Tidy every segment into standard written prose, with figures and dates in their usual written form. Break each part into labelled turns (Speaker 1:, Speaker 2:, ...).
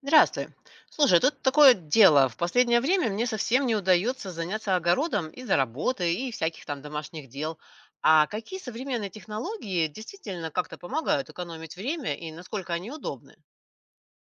Speaker 1: Здравствуй. Слушай, тут такое дело. В последнее время мне совсем не удается заняться огородом из-за работы и всяких там домашних дел. А какие современные технологии действительно как-то помогают экономить время и насколько они удобны?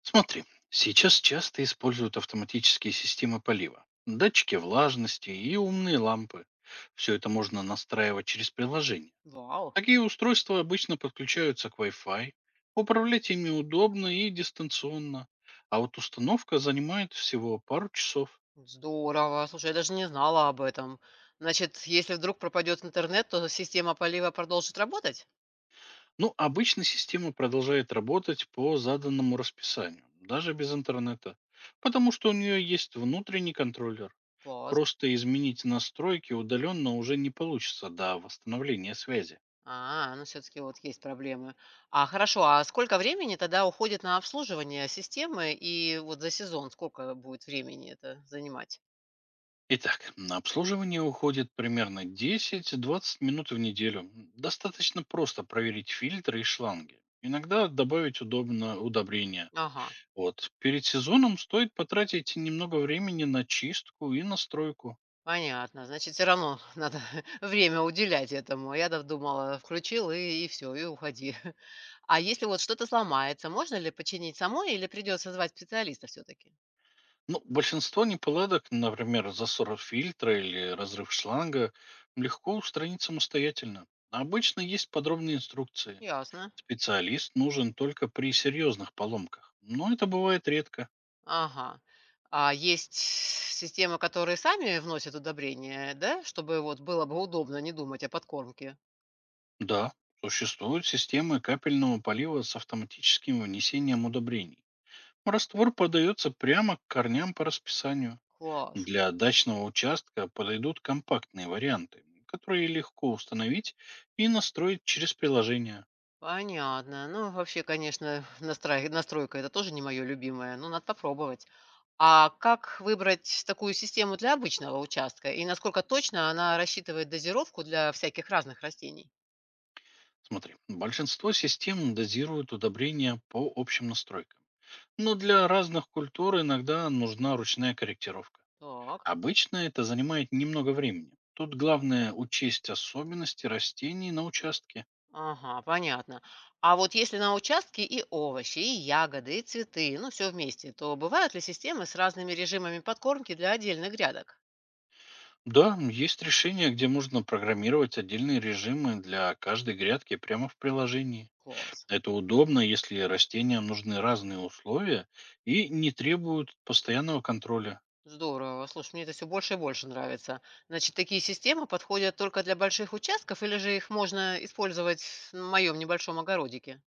Speaker 2: Смотри, сейчас часто используют автоматические системы полива, датчики влажности и умные лампы. Все это можно настраивать через приложение.
Speaker 1: Вау,
Speaker 2: Такие устройства обычно подключаются к Wi-Fi, управлять ими удобно и дистанционно, а вот установка занимает всего пару часов.
Speaker 1: здорово. Слушай, я даже не знала об этом. Значит, если вдруг пропадет интернет, то система полива продолжит работать?
Speaker 2: Ну, обычно система продолжает работать по заданному расписанию, даже без интернета, потому что у нее есть внутренний контроллер.
Speaker 1: Класс.
Speaker 2: Просто изменить настройки удаленно уже не получится до восстановления связи.
Speaker 1: А, ну все-таки вот есть проблемы. А хорошо, а сколько времени тогда уходит на обслуживание системы и вот за сезон сколько будет времени это занимать?
Speaker 2: Итак, на обслуживание уходит примерно десять-двадцать минут в неделю. М, достаточно просто проверить фильтры и шланги. Иногда добавить удобно удобрения.
Speaker 1: Ага,
Speaker 2: Вот. Перед сезоном стоит потратить немного времени на чистку и настройку.
Speaker 1: понятно. Значит, все равно надо время уделять этому. А я, да, думала, включил и все, и уходи. А если вот что-то сломается, можно ли починить самой или придется звать специалиста все-таки?
Speaker 2: Ну, большинство неполадок, например, засор фильтра или разрыв шланга, легко устранить самостоятельно. Обычно есть подробные инструкции.
Speaker 1: Ясно.
Speaker 2: Специалист нужен только при серьезных поломках, но это бывает редко.
Speaker 1: Ага. А есть системы, которые сами вносят удобрения, да, чтобы вот было бы удобно не думать о подкормке?
Speaker 2: Да, существуют системы капельного полива с автоматическим внесением удобрений. Раствор подается прямо к корням по расписанию.
Speaker 1: Класс.
Speaker 2: Для дачного участка подойдут компактные варианты, которые легко установить и настроить через приложение.
Speaker 1: Понятно. Ну, вообще, конечно, настройка это тоже не мое любимое, но надо попробовать. А как выбрать такую систему для обычного участка? И насколько точно она рассчитывает дозировку для всяких разных растений?
Speaker 2: Смотри, большинство систем дозируют удобрения по общим настройкам. Но для разных культур иногда нужна ручная корректировка.
Speaker 1: Так.
Speaker 2: Обычно это занимает немного времени. Тут главное учесть особенности растений на участке.
Speaker 1: Ага, понятно. А вот если на участке и овощи, и ягоды, и цветы, ну, все вместе, то бывают ли системы с разными режимами подкормки для отдельных грядок?
Speaker 2: Да, есть решения, где можно программировать отдельные режимы для каждой грядки прямо в приложении.
Speaker 1: Класс.
Speaker 2: Это удобно, если растениям нужны разные условия и не требуют постоянного контроля.
Speaker 1: Здорово. Слушай, мне это все больше и больше нравится. Значит, такие системы подходят только для больших участков или же их можно использовать в моем небольшом огородике?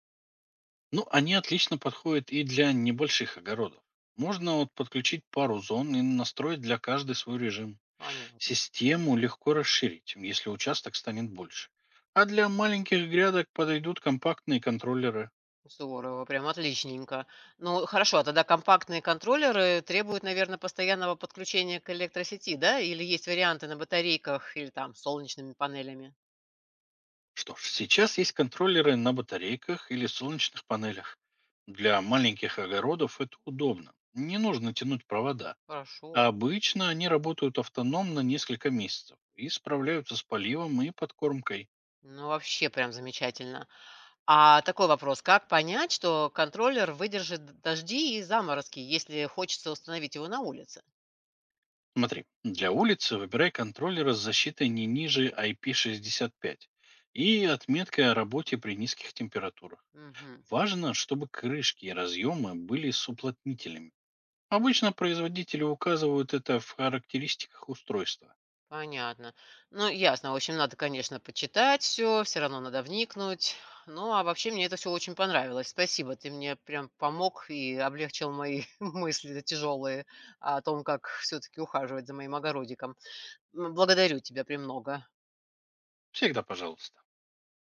Speaker 2: Ну, они отлично подходят и для небольших огородов. Можно вот подключить пару зон и настроить для каждой свой режим.
Speaker 1: Понятно.
Speaker 2: Систему легко расширить, если участок станет больше. А для маленьких грядок подойдут компактные контроллеры.
Speaker 1: Здорово, прям отличненько. Ну, хорошо, а тогда компактные контроллеры требуют, наверное, постоянного подключения к электросети, да? Или есть варианты на батарейках или там солнечными панелями?
Speaker 2: Что ж, сейчас есть контроллеры на батарейках или солнечных панелях. Для маленьких огородов это удобно. Не нужно тянуть провода. А
Speaker 1: Хорошо.
Speaker 2: обычно они работают автономно несколько месяцев и справляются с поливом и подкормкой.
Speaker 1: Ну, вообще прям замечательно. А такой вопрос: как понять, что контроллер выдержит дожди и заморозки, если хочется установить его на улице?
Speaker 2: Смотри, для улицы выбирай контроллеры с защитой не ниже IP65 и отметка о работе при низких температурах.
Speaker 1: Мгм.
Speaker 2: Важно, чтобы крышки и разъемы были с уплотнителями. Обычно производители указывают это в характеристиках устройства.
Speaker 1: Понятно. Ну, ясно. В общем, надо, конечно, почитать все, все равно надо вникнуть. Ну, а вообще мне это все очень понравилось. Спасибо, ты мне прям помог и облегчил мои мысли тяжелые о том, как все таки ухаживать за моим огородиком. Благодарю тебя премного.
Speaker 2: Всегда пожалуйста.